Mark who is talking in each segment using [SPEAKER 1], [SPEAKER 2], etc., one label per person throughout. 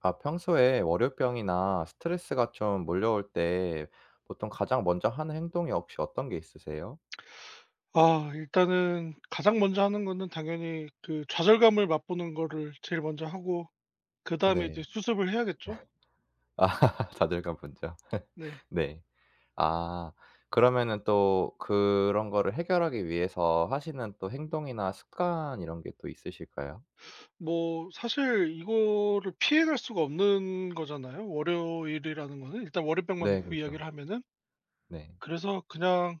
[SPEAKER 1] 아 평소에 월요병이나 스트레스가 좀 몰려올 때 보통 가장 먼저 하는 행동이 혹시 어떤 게 있으세요?
[SPEAKER 2] 일단은 가장 먼저 하는 거는 당연히 그 좌절감을 맛보는 거를 제일 먼저 하고, 그다음에 이제
[SPEAKER 1] 네.
[SPEAKER 2] 수습을 해야겠죠.
[SPEAKER 1] 아 자존감 분죠
[SPEAKER 2] 네.
[SPEAKER 1] 네. 아 그러면은 또 그런 거를 해결하기 위해서 하시는 또 행동이나 습관 이런 게 또 있으실까요?
[SPEAKER 2] 뭐, 사실 이거를 피해갈 수가 없는 거잖아요, 월요일이라는 거는. 일단 월요병만
[SPEAKER 1] 네
[SPEAKER 2] 놓고
[SPEAKER 1] 그렇죠.
[SPEAKER 2] 이야기를 하면은.
[SPEAKER 1] 네.
[SPEAKER 2] 그래서 그냥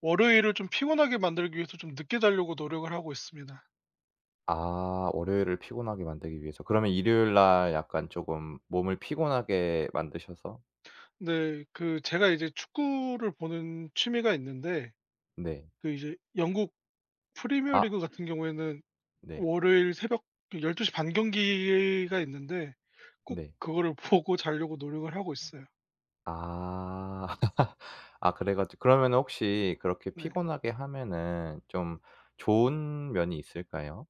[SPEAKER 2] 월요일을 좀 피곤하게 만들기 위해서 좀 늦게 자려고 노력을 하고 있습니다.
[SPEAKER 1] 아 월요일을 피곤하게 만들기 위해서. 그러면 일요일 날 약간 조금 몸을 피곤하게 만드셔서.
[SPEAKER 2] 네. 그 제가 이제 축구를 보는 취미가 있는데,
[SPEAKER 1] 네.
[SPEAKER 2] 그 이제 영국 프리미어
[SPEAKER 1] 아
[SPEAKER 2] 리그 같은 경우에는
[SPEAKER 1] 네.
[SPEAKER 2] 월요일 새벽 열1 2반 경기가 있는데, 꼭
[SPEAKER 1] 네.
[SPEAKER 2] 그거를 보고 자려고 노력을 하고 있어요.
[SPEAKER 1] 아. 아 그래 가지고 그러면 혹시 그렇게
[SPEAKER 2] 네.
[SPEAKER 1] 피곤하게 하면은 좀 좋은 면이 있을까요?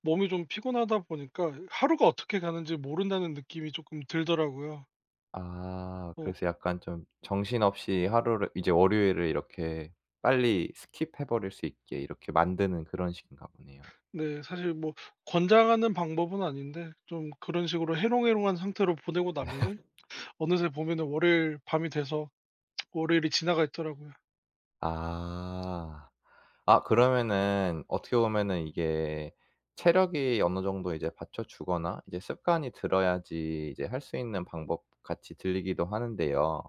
[SPEAKER 2] 몸이 좀 피곤하다 보니까 하루가 어떻게 가는지 모른다는 느낌이 조금 들더라고요.
[SPEAKER 1] 아 그래서
[SPEAKER 2] 어
[SPEAKER 1] 약간 좀 정신없이 하루를 이제 월요일을 이렇게 빨리 스킵해 버릴 수 있게 이렇게 만드는 그런 식인가 보네요.
[SPEAKER 2] 네. 사실 뭐 권장하는 방법은 아닌데 좀 그런 식으로 해롱해롱한 상태로 보내고 나면은, 어느새 보면은 월요일 밤이 돼서 월요일이 지나가 있더라고요.
[SPEAKER 1] 아. 아 그러면은 어떻게 보면은 이게 체력이 어느 정도 이제 받쳐주거나 이제 습관이 들어야지 이제 할 수 있는 방법 같이 들리기도 하는데요.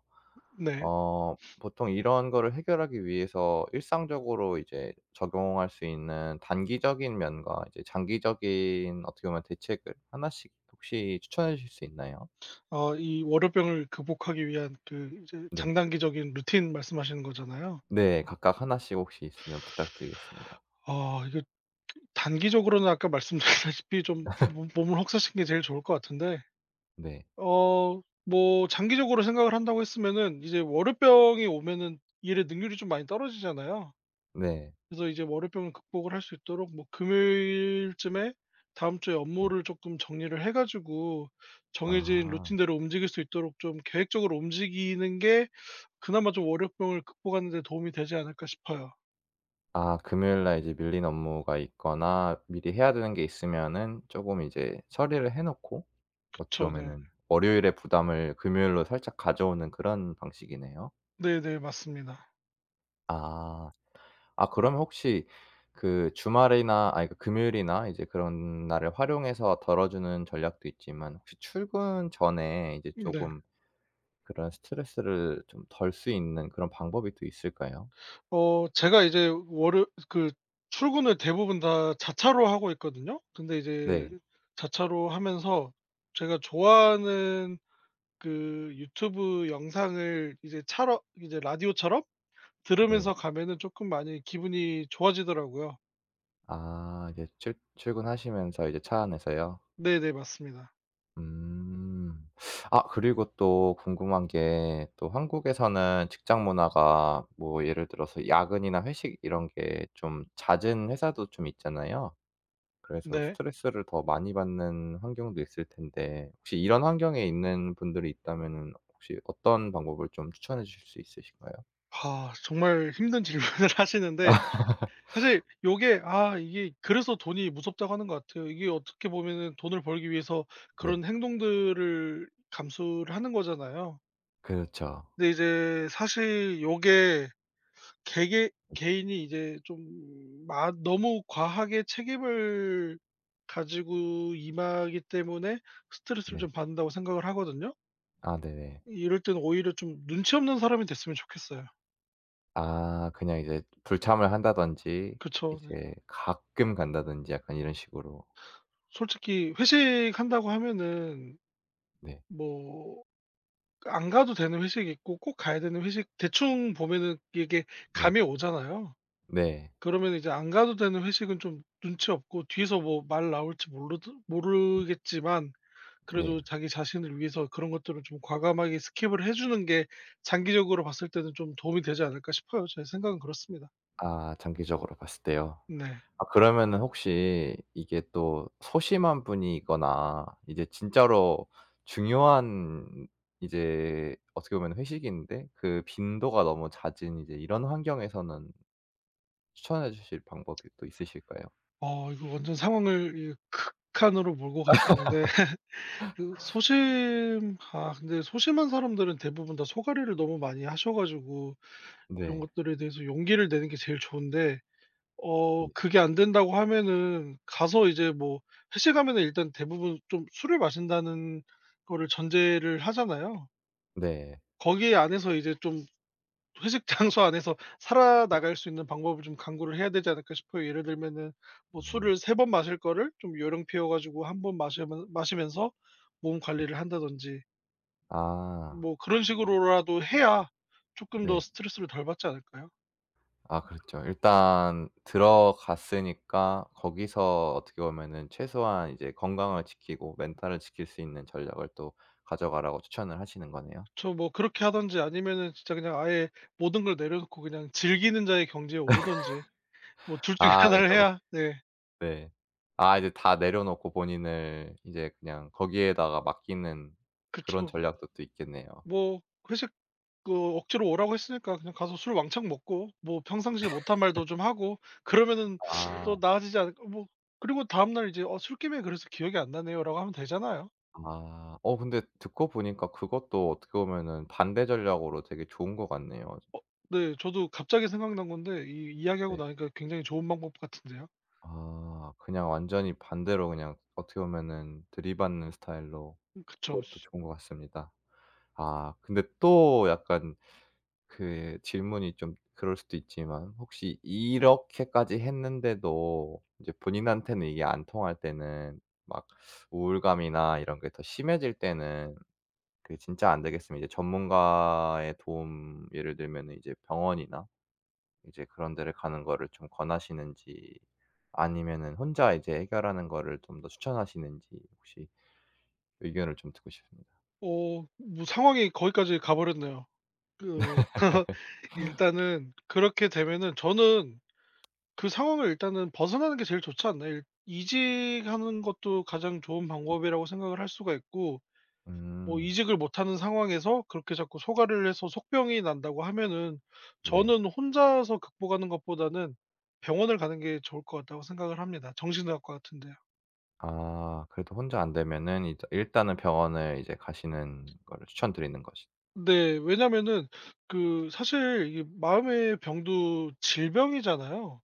[SPEAKER 2] 네.
[SPEAKER 1] 어 보통 이런 거를 해결하기 위해서 일상적으로 이제 적용할 수 있는 단기적인 면과 이제 장기적인 어떻게 보면 대책을 하나씩 혹시 추천해 주실 수 있나요?
[SPEAKER 2] 이 월요병을 극복하기 위한 그 이제
[SPEAKER 1] 네.
[SPEAKER 2] 장단기적인 루틴 말씀하시는 거잖아요.
[SPEAKER 1] 네. 각각 하나씩 혹시 있으면 부탁드리겠습니다.
[SPEAKER 2] 이게 단기적으로는 아까 말씀드렸다시피 좀 몸 몸을 혹사시키는 게 제일 좋을 것 같은데,
[SPEAKER 1] 네.
[SPEAKER 2] 뭐 장기적으로 생각을 한다고 했으면은 이제 월요병이 오면은 일의 능률이 좀 많이 떨어지잖아요.
[SPEAKER 1] 네.
[SPEAKER 2] 그래서 이제 월요병을 극복을 할 수 있도록 뭐 금요일쯤에 다음 주에
[SPEAKER 1] 네.
[SPEAKER 2] 업무를 조금 정리를 해 가지고, 정해진
[SPEAKER 1] 아.
[SPEAKER 2] 루틴대로 움직일 수 있도록 좀 계획적으로 움직이는 게 그나마 좀 월요병을 극복하는 데 도움이 되지 않을까 싶어요.
[SPEAKER 1] 아 금요일 날 이제 밀린 업무가 있거나 미리 해야 되는 게 있으면은 조금 이제 처리를 해 놓고 어떻게
[SPEAKER 2] 그쵸. 네.
[SPEAKER 1] 보면은 월요일의 부담을 금요일로 살짝 가져오는 그런 방식이네요.
[SPEAKER 2] 네네, 맞습니다.
[SPEAKER 1] 아. 아 그러면 혹시 그 주말이나 아니 그 금요일이나 이제 그런 날을 활용해서 덜어 주는 전략도 있지만 혹시 출근 전에 이제
[SPEAKER 2] 네.
[SPEAKER 1] 쪼금 그런 스트레스를 좀 덜 수 있는 그런 방법이 또 있을까요?
[SPEAKER 2] 제가 이제 월요 그 출근을 대부분 다 자차로 하고 있거든요. 근데 이제
[SPEAKER 1] 네.
[SPEAKER 2] 자차로 하면서 제가 좋아하는 그 유튜브 영상을 이제 차로 이제 라디오처럼
[SPEAKER 1] 네.
[SPEAKER 2] 들으면서 가면은 조금 많이 기분이 좋아지더라고요.
[SPEAKER 1] 아 이제 출 출근하시면서 이제 차 안에서요?
[SPEAKER 2] 네네, 맞습니다.
[SPEAKER 1] 음. 아 그리고 또 궁금한 게 또 한국에서는 직장 문화가 뭐 예를 들어서 야근이나 회식 이런 게 좀 잦은 회사도 좀 있잖아요. 그래서
[SPEAKER 2] 네.
[SPEAKER 1] 스트레스를 더 많이 받는 환경도 있을 텐데 혹시 이런 환경에 있는 분들이 있다면은 혹시 어떤 방법을 좀 추천해 주실 수 있으신가요?
[SPEAKER 2] 정말 힘든 질문을 하시는데, 사실 요게, 이게 그래서 돈이 무섭다고 하는 것 같아요. 이게 어떻게 보면은 돈을 벌기 위해서
[SPEAKER 1] 네.
[SPEAKER 2] 그런 행동들을 감수를 하는 거잖아요.
[SPEAKER 1] 그렇죠.
[SPEAKER 2] 근데 이제 사실 요게, 개개 개인이 이제 좀 마 너무 과하게 책임을 가지고 임하기 때문에 스트레스를
[SPEAKER 1] 네.
[SPEAKER 2] 좀 받는다고 생각을 하거든요.
[SPEAKER 1] 아 네네.
[SPEAKER 2] 이럴 땐 오히려 좀 눈치 없는 사람이 됐으면 좋겠어요.
[SPEAKER 1] 아 그냥 이제 불참을 한다든지
[SPEAKER 2] 그쵸. 네.
[SPEAKER 1] 이제 가끔 간다든지 약간 이런 식으로.
[SPEAKER 2] 솔직히 회식한다고 하면은,
[SPEAKER 1] 네. 어.
[SPEAKER 2] 뭐 안 가도 되는 회식이 있고 꼭 가야 되는 회식, 대충 보면은 이게
[SPEAKER 1] 네.
[SPEAKER 2] 감이 오잖아요.
[SPEAKER 1] 네.
[SPEAKER 2] 그러면 이제 안 가도 되는 회식은 좀 눈치 없고 뒤에서 뭐 말 나올지
[SPEAKER 1] 음.
[SPEAKER 2] 모르겠지만,
[SPEAKER 1] 네.
[SPEAKER 2] 그래도 자기 자신을 위해서 그런 것들을 좀 과감하게 스킵을 해 주는 게 장기적으로 봤을 때는 좀 도움이 되지 않을까 싶어요. 제 생각은 그렇습니다.
[SPEAKER 1] 아 장기적으로 봤을 때요.
[SPEAKER 2] 네.
[SPEAKER 1] 아 그러면은 혹시 이게 또 소심한 분이거나 이제 진짜로 중요한 이제 어떻게 보면 회식인데 그 빈도가 너무 잦은 이제 이런 환경에서는 추천해 주실 방법이 또 있으실까요?
[SPEAKER 2] 이거 완전 상황을 이 극한으로 몰고 가시는데, 그 소심 아 근데 소심한 사람들은 대부분 다 소가리를 너무 많이 하셔 가지고 이런
[SPEAKER 1] 네.
[SPEAKER 2] 것들에 대해서 용기를 내는 게 제일 좋은데,
[SPEAKER 1] 네.
[SPEAKER 2] 그게 안 된다고 하면은 가서 이제 뭐, 회식하면은 일단 대부분 좀 술을 마신다는 거를 전제를 하잖아요.
[SPEAKER 1] 네.
[SPEAKER 2] 거기 안에서 이제 좀, 회식 장소 안에서
[SPEAKER 1] 네.
[SPEAKER 2] 살아나갈 수 있는 방법을 좀 강구를 해야 되지 않을까 싶어요. 예를 들면은 뭐
[SPEAKER 1] 음.
[SPEAKER 2] 술을 3번 마실 거를 좀 요령 피워 가지고 한 번 마시면서 몸
[SPEAKER 1] 음.
[SPEAKER 2] 관리를 한다든지,
[SPEAKER 1] 아.
[SPEAKER 2] 뭐 그런 식으로라도 해야 쪼끔 더
[SPEAKER 1] 네.
[SPEAKER 2] 스트레스를 덜 받지 않을까요?
[SPEAKER 1] 아 그렇죠. 일단 들어갔으니까 거기서 어떻게 보면은 최소한 이제 건강을 지키고 멘탈을 지킬 수 있는 전략을 또 가져가라고 추천을 하시는 거네요.
[SPEAKER 2] 뭐 그렇게 하든지 아니면은 진짜 그냥 아예 모든 걸 내려놓고 그냥 즐기는 자의 경지에 오르든지, 뭐 둘 중에
[SPEAKER 1] 아
[SPEAKER 2] 하나를
[SPEAKER 1] 그러니까 뭐.
[SPEAKER 2] 해야. 네.
[SPEAKER 1] 네. 아 이제 다 내려놓고 본인을 이제 그냥 거기에다가 맡기는 그런
[SPEAKER 2] 그쵸.
[SPEAKER 1] 전략도 또 있겠네요.
[SPEAKER 2] 뭐 회식 그 억지로 오라고 했으니까 그냥 가서 술 왕창 먹고, 뭐 평상시에 못한 말도 좀 하고 그러면은
[SPEAKER 1] 아.
[SPEAKER 2] 또 나아지지 않을까. 뭐 그리고 다음날 이제 "어, 술김에 그래서 기억이 안 나네요."라고 하면 되잖아요.
[SPEAKER 1] 아. 어 근데 듣고 보니까 그것도 어떻게 보면은 반대 전략으로 되게 좋은 것 같네요.
[SPEAKER 2] 어 네, 저도 갑자기 생각난 건데 이 이야기하고
[SPEAKER 1] 네.
[SPEAKER 2] 나니까 굉장히 좋은 방법 같은데요.
[SPEAKER 1] 아 그냥 완전히 반대로 그냥 어떻게 보면은 들이받는 스타일로
[SPEAKER 2] 음. 그쵸.
[SPEAKER 1] 그것도 좋은 것 같습니다. 아 근데 또 약간 그 질문이 좀 그럴 수도 있지만 혹시 이렇게까지 했는데도 이제 본인한테는 이게 안 통할 때는 막 우울감이나 이런 게 더 심해질 때는 그게 진짜 안 되겠으면 이제 전문가의 도움 예를 들면은 이제 병원이나 이제 그런 데를 가는 거를 좀 권하시는지 아니면은 혼자 이제 해결하는 거를 좀 더 추천하시는지 혹시 의견을 좀 듣고 싶습니다.
[SPEAKER 2] 뭐 상황이 거기까지 가 버렸네요. 그 뭐 일단은 그렇게 되면은 저는 그 상황을 일단은 벗어나는 게 제일 좋지 않나요? 일 이직하는 것도 가장 좋은 방법이라고 생각을 할 수가 있고, 뭐
[SPEAKER 1] 음.
[SPEAKER 2] 이직을 못하는 상황에서 그렇게 자꾸 소가를 해서 속병이 난다고 하면은,
[SPEAKER 1] 네.
[SPEAKER 2] 저는 혼자서 극복하는 것보다는 병원을 가는 게 좋을 것 같다고 생각을 합니다. 정신의학과 같은 데요.
[SPEAKER 1] 아 그래도 혼자 안 되면은 이제 일단은 병원을 이제 가시는 거를 추천드리는 것이.
[SPEAKER 2] 네, 왜냐면은 그 사실 이 마음의 병도 질병이잖아요.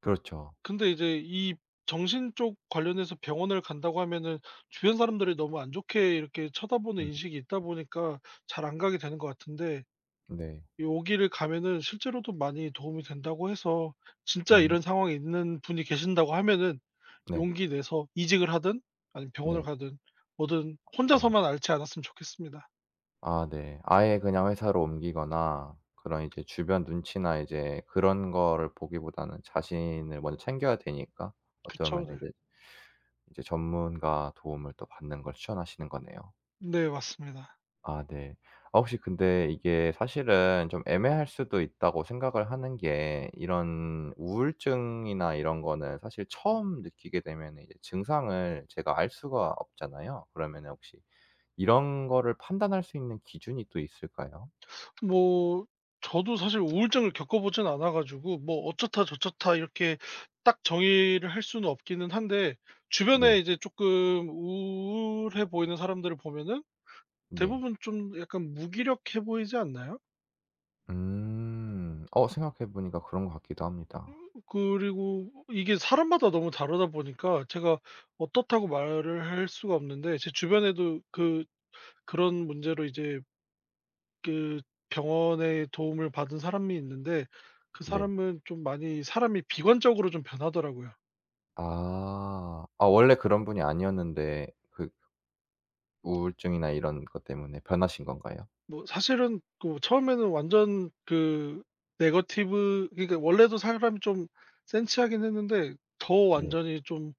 [SPEAKER 1] 그렇죠.
[SPEAKER 2] 근데 이제 이 정신 쪽 관련해서 병원을 간다고 하면은, 주변 사람들이 너무 안 좋게 이렇게 쳐다보는
[SPEAKER 1] 음.
[SPEAKER 2] 인식이 있다 보니까 잘 안 가게 되는 것 같은데,
[SPEAKER 1] 네.
[SPEAKER 2] 여기를 가면은 실제로도 많이 도움이 된다고 해서, 진짜
[SPEAKER 1] 음.
[SPEAKER 2] 이런 상황이 있는 분이 계신다고 하면은
[SPEAKER 1] 네.
[SPEAKER 2] 용기 내서 이직을 하든 아니면 병원을
[SPEAKER 1] 네.
[SPEAKER 2] 가든, 뭐든
[SPEAKER 1] 아.
[SPEAKER 2] 혼자서만 앓지 않았으면 좋겠습니다.
[SPEAKER 1] 아 네. 아예 그냥 회사로 옮기거나 그런 이제 주변 눈치나 이제 그런 거를 보기보다는 자신을 먼저 챙겨야 되니까 어떻게
[SPEAKER 2] 그쵸.
[SPEAKER 1] 보면은
[SPEAKER 2] 네.
[SPEAKER 1] 이제 이제 전문가 도움을 또 받는 걸 추천하시는 거네요.
[SPEAKER 2] 네, 맞습니다.
[SPEAKER 1] 아 네. 아 혹시 근데 이게 사실은 좀 애매할 수도 있다고 생각을 하는 게 이런 우울증이나 이런 거는 사실 처음 느끼게 되면 이제 증상을 제가 알 수가 없잖아요. 그러면 혹시 이런 거를 판단할 수 있는 기준이 또 있을까요?
[SPEAKER 2] 뭐 저도 사실 우울증을 겪어 보진 않아 가지고, 뭐 어쩌다 저쩌다 이렇게 딱 정의를 할 수는 없기는 한데, 주변에
[SPEAKER 1] 네.
[SPEAKER 2] 이제 조금 우울해 보이는 사람들을 보면은
[SPEAKER 1] 네.
[SPEAKER 2] 대부분 좀 약간 무기력해 보이지 않나요?
[SPEAKER 1] 음. 어 생각해 보니까 그런 것 같기도 합니다.
[SPEAKER 2] 그리고 이게 사람마다 너무 다르다 보니까 제가 어떻다고 말을 할 수가 없는데, 제 주변에도 그런 문제로 이제 그 병원의 도움을 받은 사람이 있는데, 그
[SPEAKER 1] 네.
[SPEAKER 2] 사람은 좀 많이 사람이 비관적으로 좀 변하더라고요.
[SPEAKER 1] 아. 아 원래 그런 분이 아니었는데 그 우울증이나 이런 것 때문에 변하신 건가요?
[SPEAKER 2] 뭐 사실은 그 처음에는 완전 그 네거티브, 그러니까 원래도 사람이 좀 센치하긴 했는데 더
[SPEAKER 1] 네.
[SPEAKER 2] 완전히 좀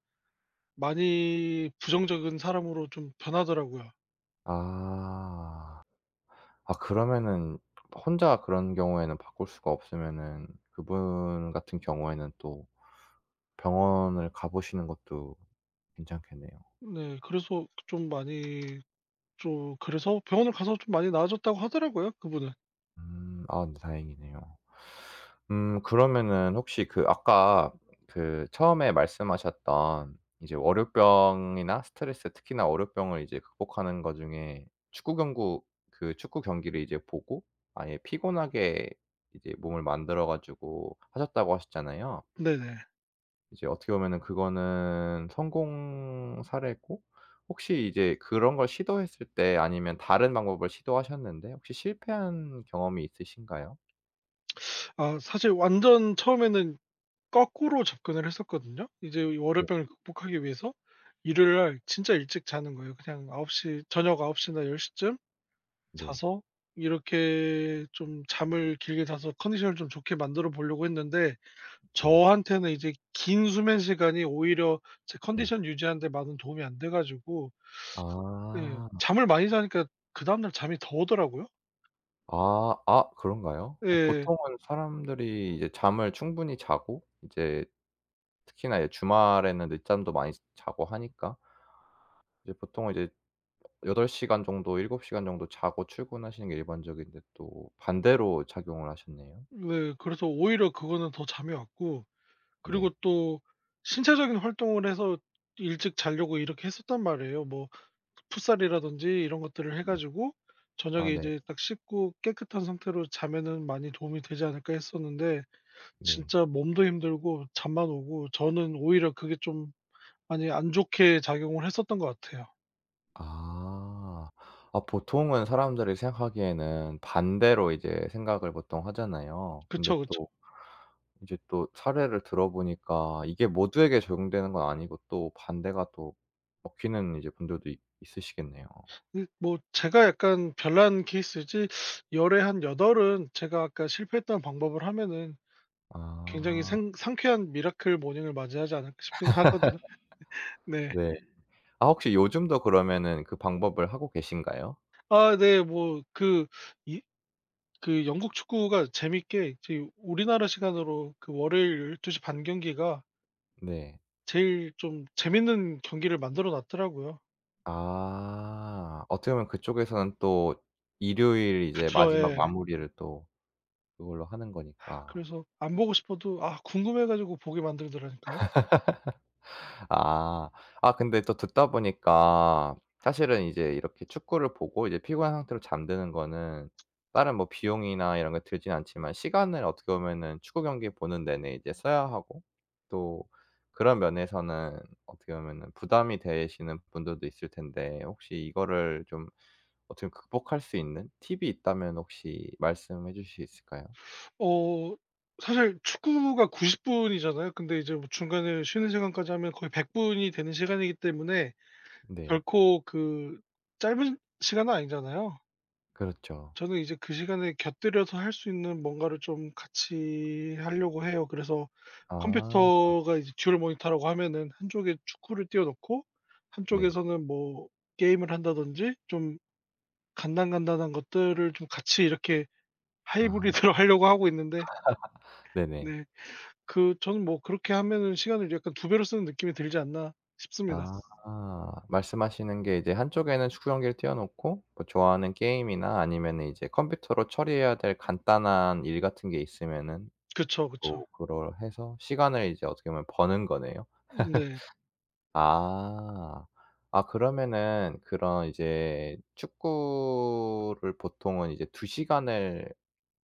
[SPEAKER 2] 많이 부정적인 사람으로 좀 변하더라고요.
[SPEAKER 1] 아. 아 그러면은 혼자 그런 경우에는 바꿀 수가 없으면은 그분 같은 경우에는 또 병원을 가 보시는 것도 괜찮겠네요.
[SPEAKER 2] 네. 그래서 좀 많이 좀 그래서 병원을 가서 좀 많이 나아졌다고 하더라고요, 그분은.
[SPEAKER 1] 음. 아 근데 다행이네요. 그러면은 혹시 그 아까 그 처음에 말씀하셨던 이제 월요병이나 스트레스 특히나 월요병을 이제 극복하는 것 중에 축구 경구 그 축구 경기를 이제 보고 아예 피곤하게 이제 몸을 만들어 가지고 하셨다고 하셨잖아요.
[SPEAKER 2] 네네.
[SPEAKER 1] 이제 어떻게 보면은 그거는 성공 사례고 혹시 이제 그런 걸 시도했을 때 아니면 다른 방법을 시도하셨는데 혹시 실패한 경험이 있으신가요?
[SPEAKER 2] 사실 완전 처음에는 거꾸로 접근을 했었거든요. 이제
[SPEAKER 1] 네.
[SPEAKER 2] 월요병을 극복하기 위해서 일요일 날 진짜 일찍 자는 거예요. 그냥 9시, 저녁 9홉시나1 0쯤
[SPEAKER 1] 네.
[SPEAKER 2] 자서 이렇게 좀 잠을 길게 자서 컨디션을 좀 좋게 만들어 보려고 했는데,
[SPEAKER 1] 네.
[SPEAKER 2] 저한테는 이제 긴 수면 시간이 오히려 제
[SPEAKER 1] 네.
[SPEAKER 2] 컨디션 유지하는 데 많은 도움이 안 돼 가지고, 예,
[SPEAKER 1] 아.
[SPEAKER 2] 잠을 많이 자니까 그다음 날 잠이 더 오더라고요.
[SPEAKER 1] 아. 아 그런가요? 어
[SPEAKER 2] 예.
[SPEAKER 1] 보통은 사람들이 이제 잠을 충분히 자고 이제 특히나 이제 주말에는 늦잠도 많이 자고 하니까 이제 보통은 이제 8시간 시간 정도 7시간 시간 정도 자고 출근하시는 게 일반적인데 또 반대로 작용을 하셨네요.
[SPEAKER 2] 네. 그래서 오히려 그거는 더 잠이 왔고, 그리고
[SPEAKER 1] 네.
[SPEAKER 2] 또 신체적인 활동을 해서 일찍 자려고 이렇게 했었단 말이에요. 뭐 풋살이라든지 이런 것들을 해
[SPEAKER 1] 네.
[SPEAKER 2] 가지고
[SPEAKER 1] 아
[SPEAKER 2] 저녁에
[SPEAKER 1] 네.
[SPEAKER 2] 이제 딱 씻고 깨끗한 상태로 자면은 많이 도움이 되지 않을까 했었는데,
[SPEAKER 1] 네.
[SPEAKER 2] 진짜 몸도 힘들고 잠만 오고, 저는 오히려 그게 좀 많이 안 좋게 작용을 했었던 것 같아요.
[SPEAKER 1] 아. 아 보통은 사람들이 생각하기에는 반대로 이제 생각을 보통 하잖아요. 근데
[SPEAKER 2] 그쵸, 그쵸.
[SPEAKER 1] 또 이제 또 사례를 들어보니까 이게 모두에게 적용되는 건 아니고 또 반대가 또 먹히는 이제 분들도 있 있으시겠네요.
[SPEAKER 2] 이 뭐 제가 약간 별난 케이스지, 열에 한 여덟은 제가 아까 실패했던 방법을 하면은 굉장히
[SPEAKER 1] 아
[SPEAKER 2] 생 상쾌한 미라클 모닝을 맞이하지 않을까 싶긴 하거든요. 네.
[SPEAKER 1] 네. 아 혹시 요즘도 그러면은 그 방법을 하고 계신가요?
[SPEAKER 2] 네. 뭐 그 이 그 영국 축구가 재밌게 이제 우리나라 시간으로 그 월요일 12시 반 경기가
[SPEAKER 1] 네.
[SPEAKER 2] 제일 좀 재밌는 경기를 만들어 놨더라고요.
[SPEAKER 1] 아 어떻게 보면 그쪽에서는 또 일요일 이제
[SPEAKER 2] 그쵸.
[SPEAKER 1] 마지막
[SPEAKER 2] 예.
[SPEAKER 1] 마무리를 또 그걸로 하는 거니까.
[SPEAKER 2] 그래서 안 보고 싶어도 궁금해 가지고 보게 만들더라니까요.
[SPEAKER 1] 아. 아 근데 또 듣다 보니까 사실은 이제 이렇게 축구를 보고 이제 피곤한 상태로 잠드는 거는 다른 뭐 비용이나 이런 게 들진 않지만 시간을 어떻게 보면은 축구 경기 보는 내내 이제 써야 하고 또 그런 면에서는 어떻게 보면은 부담이 되시는 분들도 있을 텐데 혹시 이거를 좀 어떻게 극복할 수 있는 팁이 있다면 혹시 말씀해 주실 수 있을까요?
[SPEAKER 2] 어 사실 축구가 90 분이잖아요. 근데 이제 뭐 중간에 쉬는 시간까지 하면 거의 100 분이 되는 시간이기 때문에
[SPEAKER 1] 네.
[SPEAKER 2] 결코 그 짧은 시간은 아니잖아요.
[SPEAKER 1] 그렇죠.
[SPEAKER 2] 저는 이제 그 시간에 곁들여서 할 수 있는 뭔가를 좀 같이 하려고 해요. 그래서
[SPEAKER 1] 아.
[SPEAKER 2] 컴퓨터가 이제 듀얼 모니터라고 하면은, 한쪽에 축구를 띄워 놓고
[SPEAKER 1] 네.
[SPEAKER 2] 한쪽에서는 뭐 게임을 한다든지 좀 간단간단한 것들을 좀 같이 이렇게
[SPEAKER 1] 아
[SPEAKER 2] 하이브리드로 하려고 하고 있는데.
[SPEAKER 1] 네네.
[SPEAKER 2] 네. 그 저는 뭐 그렇게 하면은 시간을 약간 두 배로 쓰는 느낌이 들지 않나 싶습니다.
[SPEAKER 1] 아. 말씀하시는 게 이제 한쪽에는 축구경기를 띄워 놓고 뭐 좋아하는 게임이나 아니면은 이제 컴퓨터로 처리해야 될 간단한 일 같은 게 있으면은
[SPEAKER 2] 그쵸, 그쵸.
[SPEAKER 1] 뭐 그걸 해서 시간을 이제 어떻게 보면 버는 거네요.
[SPEAKER 2] 네.
[SPEAKER 1] 아. 아 그러면은 그런 이제 축구를 보통은 이제 2시간 시간을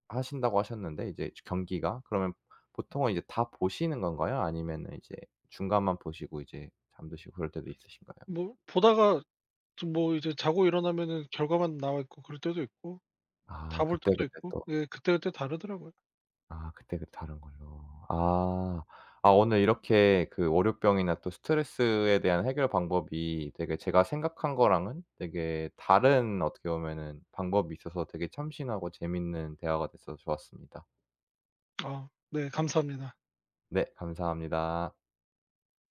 [SPEAKER 1] 하신다고 하셨는데 이제 경기가 그러면 보통은 이제 다 보시는 건가요? 아니면은 이제 중간만 보시고 이제 잠드시고 그럴 때도 있으신가요?
[SPEAKER 2] 뭐 보다가 좀 뭐 이제 자고 일어나면은 결과만 나와 있고 그럴 때도 있고,
[SPEAKER 1] 아
[SPEAKER 2] 다 볼 때도
[SPEAKER 1] 그때그때
[SPEAKER 2] 있고,
[SPEAKER 1] 또.
[SPEAKER 2] 예, 그때그때 다르더라고요.
[SPEAKER 1] 아 그때그때 다른 걸로. 아. 아 오늘 이렇게 그 월요병이나 또 스트레스에 대한 해결 방법이 되게 제가 생각한 거랑은 되게 다른 어떻게 보면은 방법이 있어서 되게 참신하고 재밌는 대화가 됐어서 좋았습니다.
[SPEAKER 2] 네, 감사합니다.
[SPEAKER 1] 네 감사합니다.